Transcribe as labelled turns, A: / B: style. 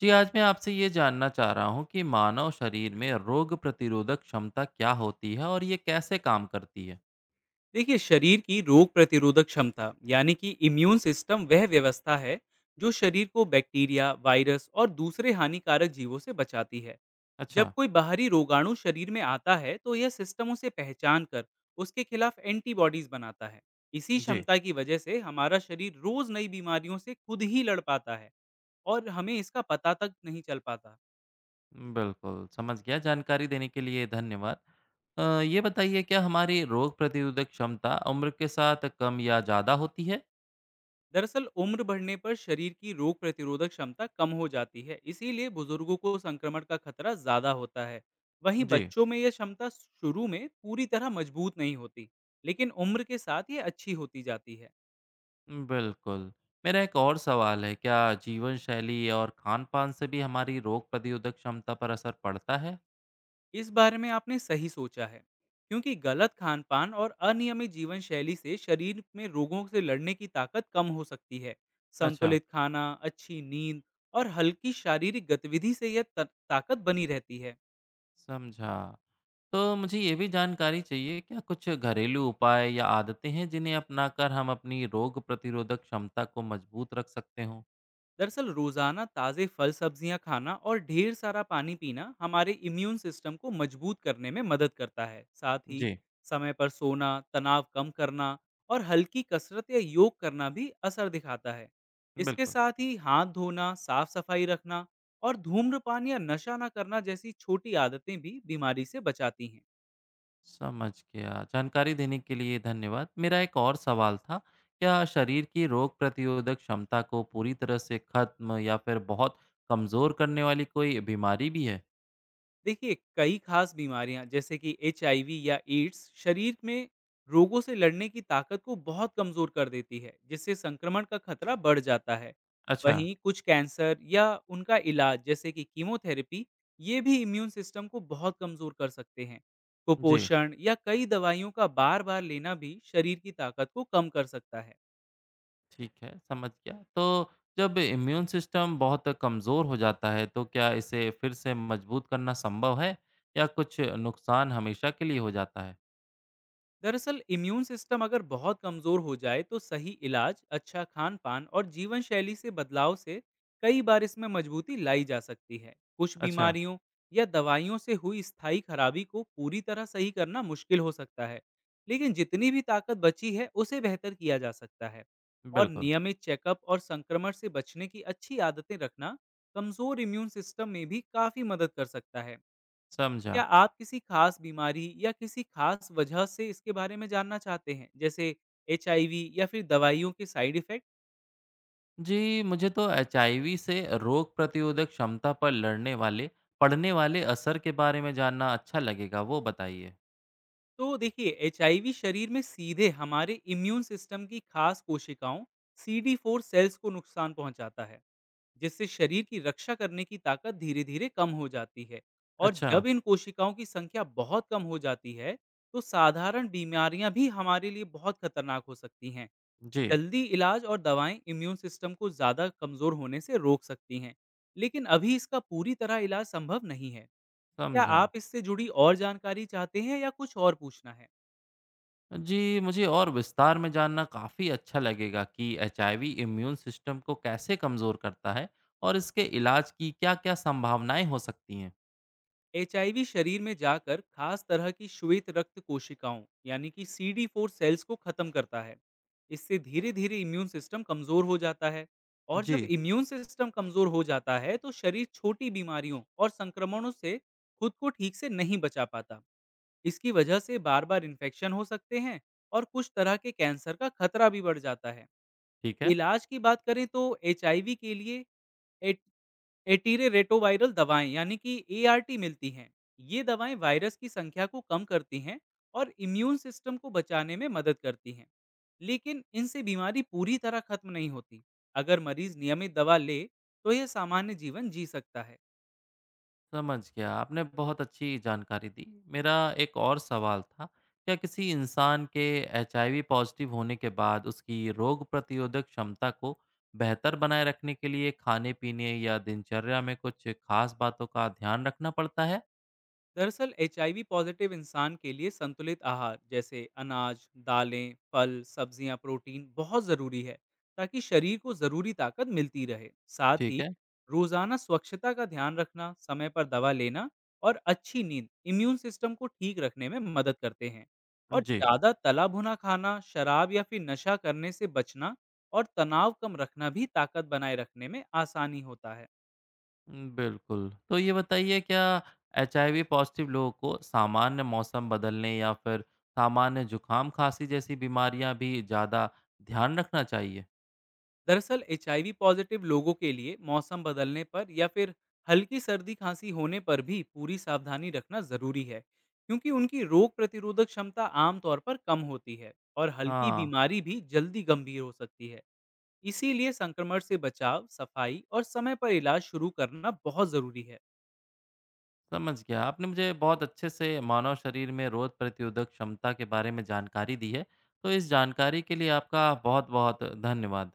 A: जी। आज मैं आपसे ये जानना चाह रहा हूँ कि मानव शरीर में रोग प्रतिरोधक क्षमता क्या होती है और ये कैसे काम करती है।
B: देखिए, शरीर की रोग प्रतिरोधक क्षमता यानी कि इम्यून सिस्टम वह व्यवस्था है जो शरीर को बैक्टीरिया वायरस और दूसरे हानिकारक जीवों से बचाती है। जब
A: अच्छा।
B: कोई बाहरी रोगाणु शरीर में आता है तो यह सिस्टम उसे पहचान कर उसके खिलाफ एंटीबॉडीज बनाता है। इसी
A: जी।
B: क्षमता की वजह से हमारा शरीर रोज नई बीमारियों से खुद ही लड़ पाता है और हमें इसका पता तक नहीं चल पाता।
A: बिल्कुल समझ गया। जानकारी देने के लिए धन्यवाद। ये बताइए क्या हमारी रोग प्रतिरोधक क्षमता उम्र के साथ कम या ज़्यादा होती है।
B: दरअसल उम्र बढ़ने पर शरीर की रोग प्रतिरोधक क्षमता कम हो जाती है, इसीलिए बुजुर्गों को संक्रमण का खतरा ज्यादा होता है। वहीं
A: जी।
B: बच्चों में यह क्षमता शुरू में पूरी तरह मजबूत नहीं होती, लेकिन उम्र के साथ ये अच्छी होती जाती है।
A: बिल्कुल। मेरा एक और सवाल है, क्या जीवन शैली और खान पान से भी हमारी रोग प्रतिरोधक क्षमता पर असर पड़ता है।
B: इस बारे में आपने सही सोचा है, क्योंकि गलत खान पान और अनियमित जीवन शैली से शरीर में रोगों से लड़ने की ताकत कम हो सकती है।
A: अच्छा।
B: संतुलित खाना, अच्छी नींद और हल्की शारीरिक गतिविधि से यह ताकत बनी रहती है।
A: समझा। तो मुझे ये भी जानकारी चाहिए, क्या कुछ घरेलू उपाय या आदतें हैं जिन्हें अपनाकर हम अपनी रोग प्रतिरोधक क्षमता को मजबूत रख सकते हों?
B: दरअसल रोजाना ताज़े फल सब्जियां खाना और ढेर सारा पानी पीना हमारे इम्यून सिस्टम को मजबूत करने में मदद करता है। साथ ही
A: जी।
B: समय पर सोना, तनाव कम करना और हल्की कसरत या योग करना भी असर दिखाता है। इसके
A: बिल्कुल।
B: साथ ही हाथ धोना, साफ सफाई रखना और धूम्रपान या नशा ना करना जैसी छोटी आदतें भी बीमारी से बचाती हैं।
A: समझ गया। जानकारी देने के लिए धन्यवाद। मेरा एक और सवाल था, क्या शरीर की रोग प्रतिरोधक क्षमता को पूरी तरह से खत्म या फिर बहुत कमज़ोर करने वाली कोई बीमारी भी है?
B: देखिए, कई खास बीमारियाँ जैसे कि एचआईवी या एड्स शरीर में रोगों से लड़ने की ताकत को बहुत कमज़ोर कर देती है, जिससे संक्रमण का खतरा बढ़ जाता है।
A: अच्छा।
B: वहीं कुछ कैंसर या उनका इलाज जैसे कि कीमोथेरेपी, ये भी इम्यून सिस्टम को बहुत कमज़ोर कर सकते हैं।
A: जी।
B: कुपोषण या कई दवाइयों का बार-बार लेना भी शरीर की ताकत को कम कर सकता है।
A: ठीक है, समझ गया। तो जब इम्यून सिस्टम बहुत कमज़ोर हो जाता है, तो क्या इसे फिर से मजबूत करना संभव है या कुछ नुकसान हमेशा के लिए हो जाता है?
B: दरअसल इम्यून सिस्टम अगर बहुत कमजोर हो जाए तो सही इलाज, अच्छा खान पान और जीवन शैली से बदलाव से कई बार इसमें मजबूती लाई जा सकती है। कुछ
A: अच्छा।
B: बीमारियों या दवाइयों से हुई स्थायी खराबी को पूरी तरह सही करना मुश्किल हो सकता है, लेकिन जितनी भी ताकत बची है उसे बेहतर किया जा सकता है। और
A: बिल्कुल।
B: नियमित चेकअप और संक्रमण से बचने की अच्छी आदतें रखना कमजोर इम्यून सिस्टम में भी काफी मदद कर सकता है। क्या
A: समझा।
B: आप किसी खास बीमारी या किसी खास वजह से इसके बारे में जानना चाहते हैं, जैसे एचआईवी या फिर दवाइयों के साइड इफ़ेक्ट?
A: जी, मुझे तो एचआईवी से रोग प्रतिरोधक क्षमता पर लड़ने वाले पड़ने वाले असर के बारे में जानना अच्छा लगेगा, वो बताइए।
B: तो देखिए, एचआईवी शरीर में सीधे हमारे इम्यून सिस्टम की खास कोशिकाओं सीडी4 सेल्स को नुकसान पहुंचाता है, जिससे शरीर की रक्षा करने की ताकत धीरे-धीरे कम हो जाती है। और
A: अच्छा।
B: जब इन कोशिकाओं की संख्या बहुत कम हो जाती है, तो साधारण बीमारियां भी हमारे लिए बहुत खतरनाक हो सकती हैं।
A: जी।
B: जल्दी इलाज और दवाएं इम्यून सिस्टम को ज़्यादा कमज़ोर होने से रोक सकती हैं, लेकिन अभी इसका पूरी तरह इलाज संभव नहीं है। क्या
A: समझा।
B: आप इससे जुड़ी और जानकारी चाहते हैं या कुछ और पूछना है?
A: जी, मुझे और विस्तार में जानना काफ़ी अच्छा लगेगा कि एचआईवी इम्यून सिस्टम को कैसे कमज़ोर करता है और इसके इलाज की क्या-क्या संभावनाएं हो सकती हैं?
B: एच शरीर में जाकर खास तरह की श्वेत रक्त कोशिकाओं यानी कि सी डी फोर सेल्स को ख़त्म करता है। इससे धीरे धीरे इम्यून सिस्टम कमज़ोर हो जाता है। और जब
A: जी।
B: इम्यून सिस्टम कमज़ोर हो जाता है तो शरीर छोटी बीमारियों और संक्रमणों से खुद को ठीक से नहीं बचा पाता। इसकी वजह से बार-बार इन्फेक्शन हो सकते हैं और कुछ तरह के कैंसर का खतरा भी बढ़ जाता है।
A: ठीक है,
B: इलाज की बात करें तो एचआईवी के लिए एट एटीरे रेटोवायरल दवाएँ यानी कि एआरटी मिलती हैं। ये दवाएँ वायरस की संख्या को कम करती हैं और इम्यून सिस्टम को बचाने में मदद करती हैं। लेकिन इनसे बीमारी पूरी तरह खत्म नहीं होती। अगर मरीज नियमित दवा ले, तो यह सामान्य जीवन जी सकता है।
A: समझ गया। आपने बहुत अच्छी जानकारी दी। मेरा एक और सवाल था, क्या किसी इंसान के एचआईवी पॉज़िटिव होने के बाद उसकी रोग प्रतिरोधक क्षमता को बेहतर बनाए रखने के लिए खाने-पीने या दिनचर्या में कुछ खास बातों का ध्यान रखना पड़ता है?
B: दरअसल एचआईवी पॉजिटिव इंसान के लिए संतुलित आहार जैसे अनाज, दालें, फल, सब्जियां, प्रोटीन बहुत जरूरी है ताकि शरीर को जरूरी ताकत मिलती रहे। साथ ही
A: ठीक है।
B: रोजाना स्वच्छता का ध्यान रखना, समय पर दवा लेना और अच्छी नींद इम्यून सिस्टम को ठीक रखने में मदद करते हैं। और
A: जी।
B: ज्यादा तला भुना खाना, शराब या फिर नशा करने से बचना और तनाव कम रखना भी ताकत बनाए रखने में आसानी होता है।
A: हुँ, बिल्कुल। तो ये बताइए क्या एचआईवी पॉज़िटिव लोगों को सामान्य मौसम बदलने या फिर सामान्य जुकाम-खाँसी जैसी बीमारियाँ भी ज़्यादा ध्यान रखना चाहिए?
B: दरअसल एचआईवी पॉजिटिव लोगों के लिए मौसम बदलने पर या फिर हल्की सर्दी खांसी होने पर भी पूरी सावधानी रखना जरूरी है, क्योंकि उनकी रोग प्रतिरोधक क्षमता आमतौर पर कम होती है और हल्की
A: हाँ,
B: बीमारी भी जल्दी गंभीर हो सकती है। इसीलिए संक्रमण से बचाव, सफाई और समय पर इलाज शुरू करना बहुत जरूरी है।
A: समझ गया। आपने मुझे बहुत अच्छे से मानव शरीर में रोग प्रतिरोधक क्षमता के बारे में जानकारी दी है। तो इस जानकारी के लिए आपका बहुत-बहुत धन्यवाद।